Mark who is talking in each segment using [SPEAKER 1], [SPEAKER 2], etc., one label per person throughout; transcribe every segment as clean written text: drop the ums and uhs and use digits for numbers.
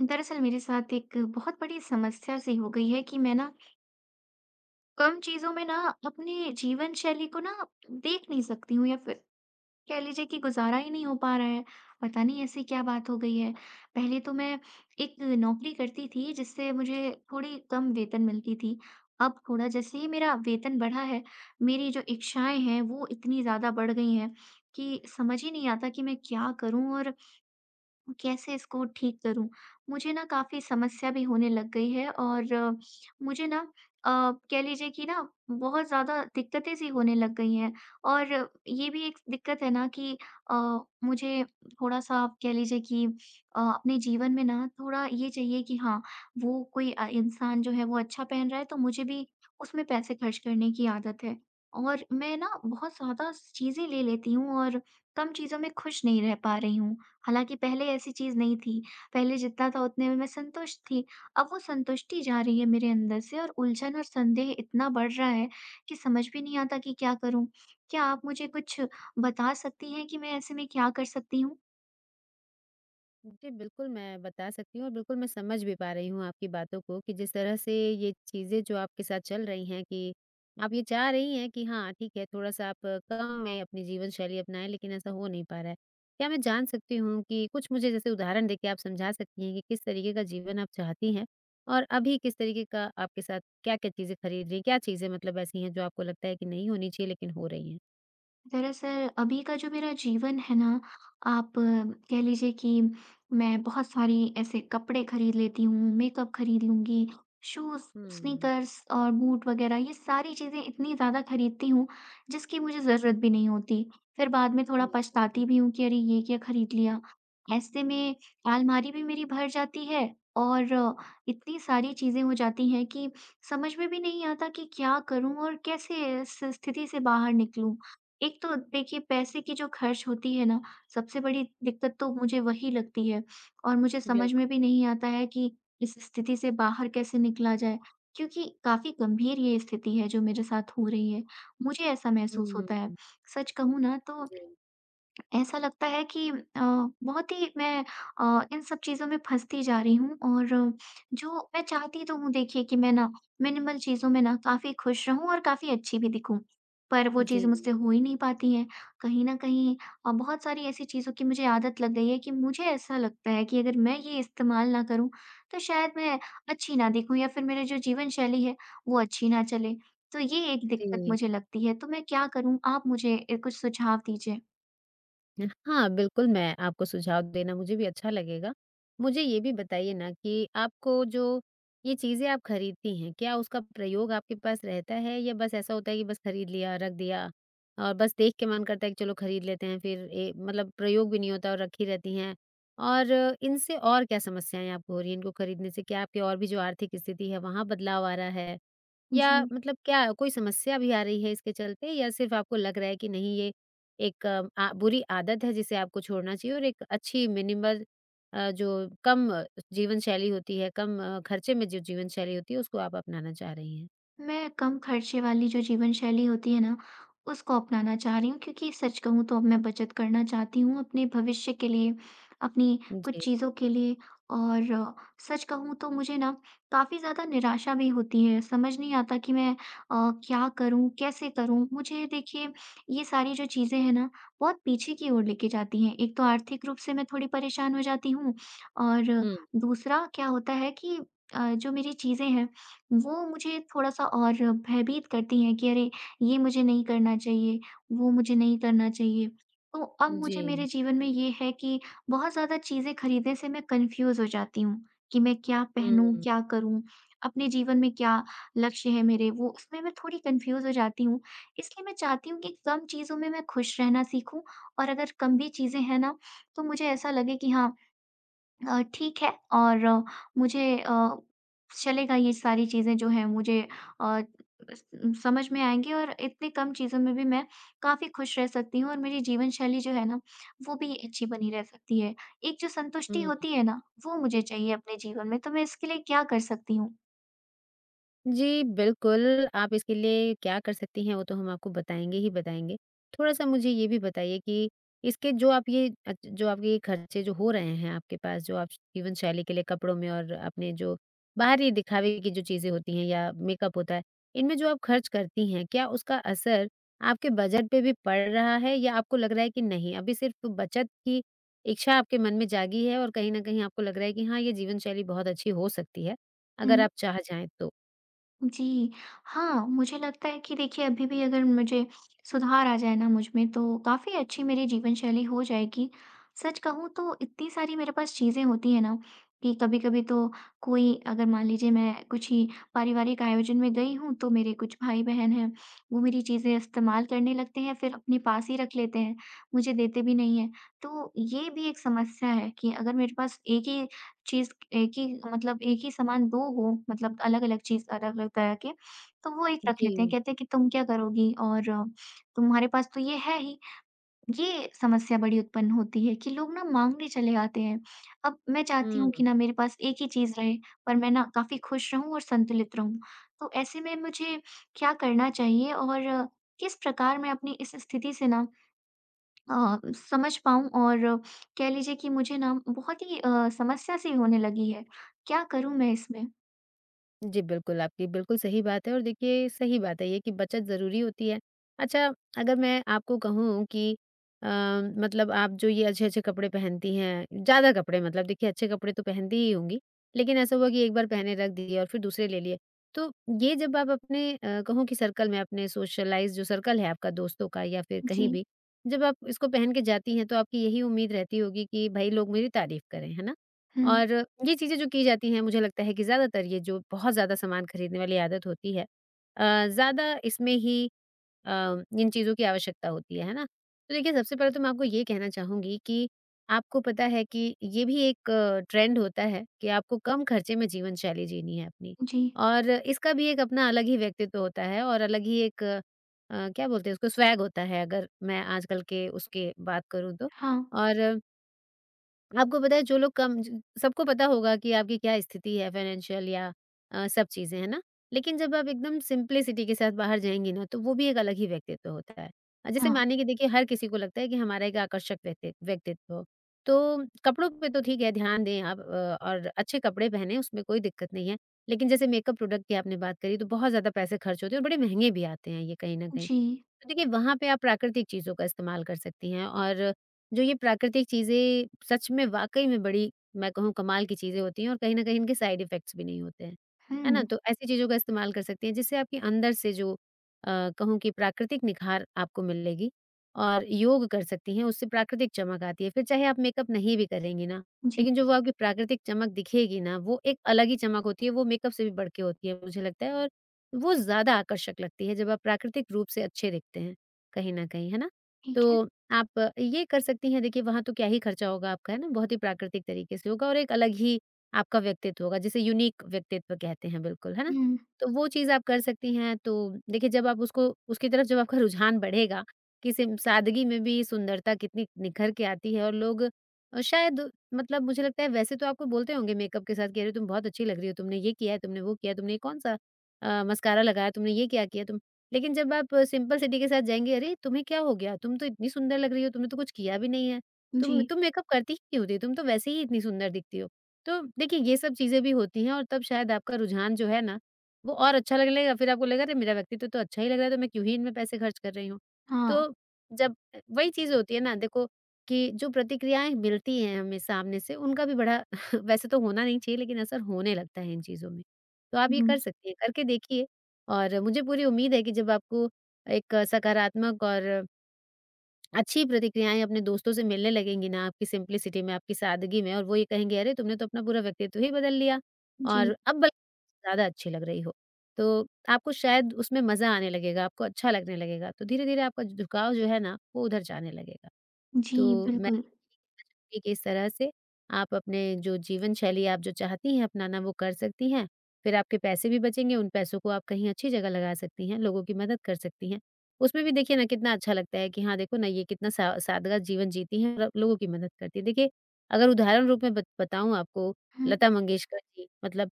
[SPEAKER 1] दरअसल मेरे साथ एक बहुत बड़ी समस्या सी हो गई है कि मैं ना कम चीज़ों में ना अपने जीवन शैली को ना देख नहीं सकती हूँ या फिर कह लीजिए कि गुजारा ही नहीं हो पा रहा है। पता नहीं ऐसी क्या बात हो गई है। पहले तो मैं एक नौकरी करती थी जिससे मुझे थोड़ी कम वेतन मिलती थी। अब थोड़ा जैसे ही मेरा वेतन बढ़ा है, मेरी जो इच्छाएँ हैं वो इतनी ज़्यादा बढ़ गई हैं कि समझ ही नहीं आता कि मैं क्या करूँ और कैसे इसको ठीक करूँ? मुझे ना काफ़ी समस्या भी होने लग गई है और मुझे ना अ, कह लीजिए कि ना बहुत ज़्यादा दिक्कतें सी होने लग गई हैं। और ये भी एक दिक्कत है ना कि अ, मुझे थोड़ा-सा आप कह लीजिए कि अपने जीवन में ना थोड़ा ये चाहिए कि हाँ, वो कोई इंसान जो है वो अच्छा पहन रहा है तो मुझे भी उसमें पैसे खर्च करने की आदत है। और मैं ना बहुत ज़्यादा चीज़ें ले लेती हूँ और कम चीज़ों में खुश नहीं रह पा रही हूँ। हालाँकि पहले ऐसी चीज़ नहीं थी, पहले जितना था उतने में मैं संतुष्ट थी, अब वो संतुष्टि जा रही है मेरे अंदर से और उलझन और संदेह इतना बढ़ रहा है कि समझ भी नहीं आता कि क्या करूँ? क्या आप मुझे कुछ बता सकती हैं कि मैं ऐसे में क्या कर सकती हूँ?
[SPEAKER 2] जी, बिल्कुल, मैं बता सकती हूँ और बिल्कुल मैं समझ भी पा रही हूँ आपकी बातों को कि जिस तरह से ये चीज़ें जो आपके साथ चल रही हैं कि आप ये चाह रही हैं कि हाँ, ठीक है, थोड़ा-सा आप कम में अपनी जीवन शैली अपनाएँ, लेकिन ऐसा हो नहीं पा रहा है। क्या मैं जान सकती हूँ कि कुछ मुझे जैसे उदाहरण देके आप समझा सकती हैं कि किस तरीके का जीवन आप चाहती हैं? और अभी किस तरीके का आपके साथ क्या-क्या चीज़ें खरीद रही हैं? क्या चीज़ें मतलब ऐसी हैं जो आपको लगता है कि नहीं होनी चाहिए लेकिन हो रही हैं?
[SPEAKER 1] दरअसल अभी का जो मेरा जीवन है ना, आप कह लीजिए कि मैं बहुत सारी ऐसे कपड़े खरीद लेती हूँ, मेकअप खरीद लूँगी, शूज़,
[SPEAKER 2] हुँ।
[SPEAKER 1] स्नीकर्स और बूट वगैरह ये सारी चीज़ें इतनी ज़्यादा खरीदती हूँ, जिसकी मुझे ज़रूरत भी नहीं होती। फिर बाद में थोड़ा
[SPEAKER 2] समझ सकती
[SPEAKER 1] पछताती भी हूँ कि अरे! ये क्या खरीद लिया। ऐसे में अलमारी भी मेरी भर जाती है और इतनी सारी चीज़ें हो जाती हैं कि समझ में भी नहीं आता कि क्या करूँ और कैसे इस स्थिति से बाहर निकलूँ। एक तो देखिए पैसे की जो खर्च होती है ना, सबसे बड़ी दिक्कत तो मुझे वही लगती है और मुझे
[SPEAKER 2] हूँ,
[SPEAKER 1] समझ में
[SPEAKER 2] बिल्कुल।
[SPEAKER 1] भी नहीं आता है कि इस स्थिति से बाहर कैसे निकला जाए। क्योंकि काफ़ी गंभीर ये स्थिति है जो मेरे साथ हो रही है, मुझे ऐसा महसूस होता है।
[SPEAKER 2] हुँ,
[SPEAKER 1] सच कहूँ ना तो
[SPEAKER 2] जी।
[SPEAKER 1] ऐसा लगता है कि बहुत ही मैं इन सब चीज़ों में फँसती जा रही हूँ और जो मैं चाहती तो हूँ देखिए कि मैं ना मिनिमल चीज़ों में ना काफ़ी खुश रहूँ और काफ़ी अच्छी भी दिखूँ। पर वो
[SPEAKER 2] जी,
[SPEAKER 1] चीज़ मुझसे हो ही नहीं पाती है। कहीं न कहीं बहुत सारी ऐसी चीज़ों की मुझे आदत लग गई है कि मुझे ऐसा लगता है कि अगर मैं ये इस्तेमाल ना करूँ, तो शायद मैं अच्छी ना दिखूँ या फिर मेरी जो जीवन शैली है, वो अच्छी ना चले। तो ये एक दिक्कत
[SPEAKER 2] जी।
[SPEAKER 1] मुझे लगती है, तो मैं क्या करूँ? आप मुझे कुछ सुझाव दीजिए।
[SPEAKER 2] हाँ, बिल्कुल, मैं आपको सुझाव देना मुझे भी अच्छा लगेगा। मुझे ये भी बताइए ना कि आपको जो ये चीज़ें आप खरीदती हैं, क्या उसका प्रयोग आपके पास रहता है या बस ऐसा होता है कि बस खरीद लिया, रख दिया और बस देख के मन करता है कि चलो खरीद लेते हैं फिर मतलब प्रयोग भी नहीं होता और रखी रहती हैं? और इनसे और क्या समस्याएँ आपको हो रही हैं इनको खरीदने से? क्या आपकी और भी जो आर्थिक स्थिति है, वहाँ बदलाव आ रहा है? या
[SPEAKER 1] जी।
[SPEAKER 2] मतलब क्या कोई समस्या भी आ रही है इसके चलते या सिर्फ आपको लग रहा है कि नहीं ये एक बुरी आदत है जिसे आपको छोड़ना चाहिए और एक अच्छी मिनिमल जो जीवन शैली होती है खर्चे में जो जीवन शैली होती है उसको आप अपनाना चाह रही हैं?
[SPEAKER 1] मैं कम खर्चे वाली जो जीवन शैली होती है ना, उसको अपनाना चाह रही हूँ क्योंकि सच कहूँ तो अब मैं बचत करना चाहती हूँ अपने भविष्य के लिए, अपनी कुछ
[SPEAKER 2] जी।
[SPEAKER 1] चीज़ों के लिए और सच कहूँ तो मुझे ना काफ़ी ज़्यादा निराशा भी होती है। समझ नहीं आता कि मैं क्या करूँ, कैसे करूँ? मुझे देखिए ये सारी जो चीज़ें हैं ना, बहुत पीछे की ओर लेके जाती हैं। एक तो आर्थिक रूप से मैं थोड़ी परेशान हो जाती हूँ और
[SPEAKER 2] हुँ।
[SPEAKER 1] दूसरा क्या होता है कि जो मेरी चीज़ें हैं वो मुझे थोड़ा-सा और भयभीत करती हैं कि अरे! ये मुझे नहीं करना चाहिए, वो मुझे नहीं करना चाहिए। तो अब मुझे
[SPEAKER 2] जी।
[SPEAKER 1] मेरे जीवन में ये है कि बहुत ज़्यादा चीज़ें खरीदने से मैं कन्फ्यूज़ हो जाती हूँ, कि मैं क्या पहनूँ,
[SPEAKER 2] हुँ,
[SPEAKER 1] क्या करूँ? अपने जीवन में क्या लक्ष्य है मेरे? वो उसमें मैं थोड़ी कन्फ्यूज़ हो जाती हूँ। इसलिए मैं चाहती हूँ कि कम चीज़ों में मैं खुश रहना सीखूँ और अगर कम भी चीज़ें हैं ना, तो मुझे ऐसा लगे कि हाँ ठीक है और मुझे चलेगा, ये सारी चीज़ें जो हैं मुझे अ, स समझ में आएँगी और इतनी कम चीज़ों में भी मैं काफ़ी खुश रह सकती हूँ और मेरी जीवन शैली जो है ना, वो भी अच्छी बनी रह सकती है। एक जो संतुष्टि
[SPEAKER 2] हुँ।
[SPEAKER 1] होती है ना, वो मुझे चाहिए अपने जीवन में, तो मैं इसके लिए क्या कर सकती हूँ?
[SPEAKER 2] जी, बिल्कुल, आप इसके लिए क्या कर सकती हैं, वो तो हम आपको बताएँगे ही बताएँगे। थोड़ा-सा मुझे ये भी बताइए कि इसके जो आप ये जो आपके ये खर्चे जो हो रहे हैं आपके पास, जो आप जीवन शैली के लिए कपड़ों में और अपने जो बाहरी दिखावे की जो चीज़ें होती हैं या मेकअप होता है, इनमें जो आप खर्च करती हैं, क्या उसका असर आपके बजट पे भी पड़ रहा है या आपको लग रहा है कि नहीं, अभी सिर्फ़ बचत की इच्छा आपके मन में जागी है और कहीं न कहीं आपको लग रहा है कि हाँ, ये जीवन शैली बहुत अच्छी हो सकती है,
[SPEAKER 1] हुँ।
[SPEAKER 2] अगर आप चाह जाएँ तो?
[SPEAKER 1] जी, हाँ, मुझे लगता है कि देखिए अभी भी अगर मुझे सुधार आ जाए ना मुझ में, तो काफ़ी अच्छी मेरी जीवन शैली हो जाएगी। सच कहूँ तो इतनी सारी मेरे पास चीज़ें होती हैं ना कि कभी-कभी तो कोई अगर मान लीजिए मैं कुछ ही पारिवारिक आयोजन में गई हूँ तो मेरे कुछ भाई-बहन हैं, वो मेरी चीज़ें इस्तेमाल करने लगते हैं, फिर अपने पास ही रख लेते हैं, मुझे देते भी नहीं हैं। तो ये भी एक समस्या है कि अगर मेरे पास एक ही चीज़, एक ही मतलब एक ही सामान 2 हो, मतलब अलग-अलग चीज़ अलग-अलग तरह के, तो वो एक रख लेते हैं।
[SPEAKER 2] जी।
[SPEAKER 1] कहते हैं कि तुम क्या करोगी और तुम्हारे पास तो ये है ही। ये समस्या बड़ी उत्पन्न होती है कि लोग ना माँगने चले आते हैं। अब मैं चाहती
[SPEAKER 2] हुँ।
[SPEAKER 1] हूँ कि ना मेरे पास एक ही चीज़ रहे, पर मैं ना काफ़ी खुश रहूँ और संतुलित रहूँ। तो ऐसे में मुझे क्या करना चाहिए और किस प्रकार मैं अपनी इस स्थिति से ना समझ पाऊँ और कह लीजिए कि मुझे ना बहुत ही समस्या सी होने लगी है। क्या करूँ मैं इसमें?
[SPEAKER 2] जी, बिल्कुल, आपकी बिल्कुल सही बात है और देखिए सही बात है ये कि बचत ज़रूरी होती है। अच्छा, अगर मैं आपको कहूँ कि अ, मतलब आप जो ये अच्छे-अच्छे कपड़े पहनती हैं, ज़्यादा कपड़े मतलब देखिए अच्छे कपड़े तो पहनती ही होंगी, लेकिन ऐसा हुआ कि एक बार पहने रख दिए और फिर दूसरे ले लिए। तो ये जब आप अपने कहूँ कि सर्कल में अपने सोशलाइज़ जो सर्कल है आपका दोस्तों का या फिर
[SPEAKER 1] जी।
[SPEAKER 2] कहीं भी, जब आप इसको पहन के जाती हैं तो आपकी यही उम्मीद रहती होगी कि भई लोग मेरी तारीफ़ करें, है ना?
[SPEAKER 1] हुँ,
[SPEAKER 2] और ये चीज़ें जो की जाती हैं मुझे लगता है कि ज़्यादातर ये जो बहुत ज़्यादा सामान खरीदने वाली आदत होती है ज़्यादा इसमें ही अ, इन चीज़ों की आवश्यकता होती है ना? तो देखिए सबसे पहले तो मैं आपको ये कहना चाहूँगी कि आपको पता है कि ये भी एक ट्रेंड होता है कि आपको कम खर्चे में जीवन शैली जीनी है अपनी
[SPEAKER 1] जी।
[SPEAKER 2] और इसका भी एक अपना अलग ही व्यक्तित्व होता है और अलग ही एक क्या बोलते हैं उसको स्वैग होता है अगर मैं आजकल के उसके बात करूँ तो।
[SPEAKER 1] हाँ,
[SPEAKER 2] और आपको पता है जो लोग कम ज सबको पता होगा कि आपकी क्या स्थिति है फाइनेंशियल या सब चीज़ें, है ना? लेकिन जब आप एकदम सिंप्लिसिटी के साथ बाहर जाएँगी ना, तो वो भी एक अलग ही व्यक्तित्व होता है। जैसे
[SPEAKER 1] हाँ।
[SPEAKER 2] मानिए कि देखिए हर किसी को लगता है कि हमारा एक आकर्षक व्यक्तित्व। हो, तो कपड़ों पे तो ठीक है ध्यान दें आप और अच्छे कपड़े पहनें उसमें कोई दिक्कत नहीं है। लेकिन जैसे मेकअप प्रोडक्ट की आपने बात करी तो बहुत ज़्यादा पैसे खर्च होते हैं और बड़े महँगे भी आते हैं ये कहीं न कहीं।
[SPEAKER 1] जी।
[SPEAKER 2] तो देखिए, वहाँ पे आप प्राकृतिक चीज़ों का इस्तेमाल कर सकती हैं और जो ये प्राकृतिक चीज़ें सच में वाक़ई में बड़ी मैं कहूँ कमाल की चीज़ें होती हैं और कहीं न कहीं इनके साइड इफ़ेक्ट्स भी नहीं होते हैं। है ना?
[SPEAKER 1] हुँ,
[SPEAKER 2] तो ऐसी चीज़ों का इस्तेमाल कर सकती हैं जिससे आपके अंदर से जो कहूँ कि प्राकृतिक निखार आपको मिलेगी और योग कर सकती हैं, उससे प्राकृतिक चमक आती है। फिर चाहे आप मेकअप नहीं भी करेंगी ना,
[SPEAKER 1] जी,
[SPEAKER 2] लेकिन जो वो आपकी प्राकृतिक चमक दिखेगी ना, वो एक अलग ही चमक होती है, वो मेकअप से भी बढ़ के होती है मुझे लगता है और वो ज़्यादा आकर्षक लगती है जब आप प्राकृतिक रूप से अच्छे दिखते हैं कहीं न कहीं, है ना?
[SPEAKER 1] ठीक है।
[SPEAKER 2] तो आप ये कर सकती हैं देखिए वहाँ तो क्या ही खर्चा होगा आपका, है ना? बहुत ही प्राकृतिक तरीके से होगा और एक अलग ही आपका व्यक्तित्व होगा जिसे यूनिक व्यक्तित्व कहते हैं बिल्कुल, है ना?
[SPEAKER 1] हुँ,
[SPEAKER 2] तो वो चीज़ आप कर सकती हैं तो देखिए जब आप उसको उसकी तरफ जब आपका रुझान बढ़ेगा कि सिम सादगी में भी सुंदरता कितनी निखर के आती है और लोग शायद मतलब मुझे लगता है वैसे तो आपको बोलते होंगे मेकअप के साथ कि अरे तुम बहुत अच्छी लग रही हो, तुमने ये किया है, तुमने वो किया है, तुमने ये कौन-सा मस्कारा लगाया तुमने, ये क्या किया तुम? लेकिन जब आप सिंपल सिटी के साथ जाएँगे, "अरे! तुम्हें क्या हो गया? तुम तो इतनी सुंदर लग रही हो, तुमने तो कुछ किया भी नहीं है। तुम
[SPEAKER 1] जी।
[SPEAKER 2] तुम मेकअप करती ही नहीं होती, तुम तो वैसे ही इतनी सुंदर दिखती हो।" तो देखिए ये सब चीज़ें भी होती हैं और तब शायद आपका रुझान जो है ना, वो और अच्छा लगने लगेगा, फिर आपको लगेगा, "अरे! मेरा व्यक्तित्व तो अच्छा ही लग रहा है, तो मैं क्यों ही इनमें पैसे खर्च कर रही हूँ।"
[SPEAKER 1] हाँ।
[SPEAKER 2] तो जब वही चीज़ होती है ना देखो कि जो प्रतिक्रियाएँ मिलती हैं हमें सामने से, उनका भी बड़ा वैसे तो होना नहीं चाहिए, लेकिन असर होने लगता है इन चीज़ों में। तो आप ये
[SPEAKER 1] हुँ,
[SPEAKER 2] कर सकती हैं, करके देखिए और मुझे पूरी उम्मीद है कि जब आपको एक सकारात्मक और अच्छी प्रतिक्रियाएँ अपने दोस्तों से मिलने लगेंगी ना, आपकी सिम्प्लिसिटी में, आपकी सादगी में और वो ये कहेंगे, "अरे! तुमने तो अपना पूरा व्यक्तित्व ही बदल लिया
[SPEAKER 1] जी।
[SPEAKER 2] और अब बल्कि ज़्यादा अच्छी लग रही हो।" तो आपको शायद उसमें मज़ा आने लगेगा, आपको अच्छा लगने लगेगा, तो धीरे-धीरे आपका झुकाव जो है ना, वो उधर जाने लगेगा।
[SPEAKER 1] जी,
[SPEAKER 2] तो मैं
[SPEAKER 1] बिल्कुल।
[SPEAKER 2] ठीक है, इस तरह से आप अपने जो जीवन शैली आप जो चाहती हैं अपनाना वो कर सकती हैं। फिर आपके पैसे भी बचेंगे, उन पैसों को आप कहीं अच्छी जगह लगा सकती हैं, लोगों की मदद कर सकती हैं। उसमें भी देखिए ना कितना अच्छा लगता है कि हाँ, देखो ना ये कितना सा सादगा जीवन जीती हैं और लोगों की मदद करती हैं। देखिए, अगर उदाहरण रूप में बत बताऊँ आपको
[SPEAKER 1] हुँ,
[SPEAKER 2] लता मंगेशकर जी मतलब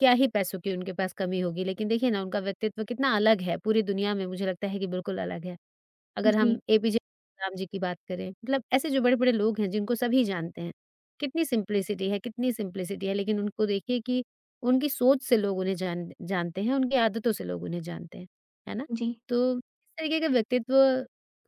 [SPEAKER 2] क्या ही पैसों की उनके पास कमी होगी, लेकिन देखिए ना उनका व्यक्तित्व कितना अलग है, पूरी दुनिया में मुझे लगता है कि बिल्कुल अलग है। अगर हम
[SPEAKER 1] जी,
[SPEAKER 2] एपीजे राम जी की बात करें, मतलब ऐसे जो बड़े-बड़े लोग हैं जिनको सभी जानते हैं, कितनी सिंप्लिसिटी है, लेकिन उनको देखिए कि उनकी सोच से लोग उन्हें जानते हैं, उनकी आदतों से लोग उन्हें जानते हैं, है ना?
[SPEAKER 1] जी।
[SPEAKER 2] तो इस तरीके के व्यक्तित्व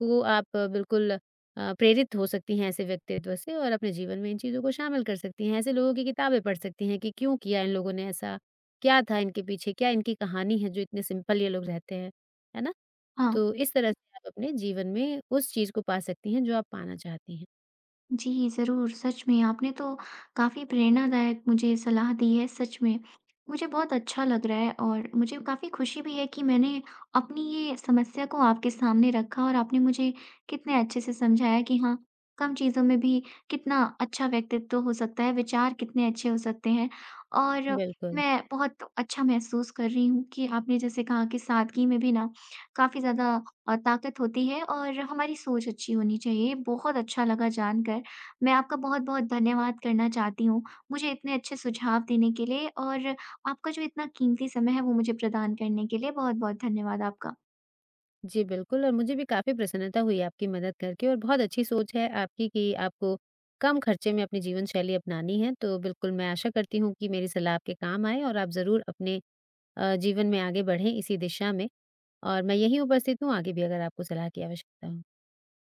[SPEAKER 2] को आप बिल्कुल प्रेरित हो सकती हैं ऐसे व्यक्तित्व से और अपने जीवन में इन चीज़ों को शामिल कर सकती हैं, ऐसे लोगों की किताबें पढ़ सकती हैं कि क्यों किया इन लोगों ने ऐसा? क्या था इनके पीछे? क्या इनकी कहानी है जो इतने सिंपल ये लोग रहते हैं, है ना?
[SPEAKER 1] हाँ।
[SPEAKER 2] तो इस तरह से आप अपने जीवन में उस चीज़ को पा सकती हैं जो आप पाना चाहती हैं।
[SPEAKER 1] जी, ज़रूर। सच में आपने तो काफ़ी प्रेरणादायक मुझे सलाह दी है, सच में। मुझे बहुत अच्छा लग रहा है और मुझे काफ़ी खुशी भी है कि मैंने अपनी ये समस्या को आपके सामने रखा और आपने मुझे कितने अच्छे से समझाया कि हाँ, कम चीज़ों में भी कितना अच्छा व्यक्तित्व हो सकता है, विचार कितने अच्छे हो सकते हैं। और
[SPEAKER 2] बिल्कुल।
[SPEAKER 1] मैं बहुत अच्छा महसूस कर रही हूँ कि आपने जैसे कहा कि सादगी में भी ना काफ़ी ज़्यादा ताकत होती है और हमारी सोच अच्छी होनी चाहिए। बहुत अच्छा लगा जानकर। मैं आपका बहुत-बहुत धन्यवाद करना चाहती हूँ, मुझे इतने अच्छे सुझाव देने के लिए और आपका जो इतना कीमती समय है वो मुझे प्रदान करने के लिए बहुत-बहुत धन्यवाद आपका।
[SPEAKER 2] जी, बिल्कुल और मुझे भी काफ़ी प्रसन्नता हुई आपकी मदद करके और बहुत अच्छी सोच है आपकी कि आपको कम खर्चे में अपनी जीवन शैली अपनानी है। तो बिल्कुल मैं आशा करती हूँ कि मेरी सलाह आपके काम आए और आप ज़रूर अपने जीवन में आगे बढ़ें इसी दिशा में और मैं यहीं उपस्थित हूँ आगे भी अगर आपको सलाह की आवश्यकता हो।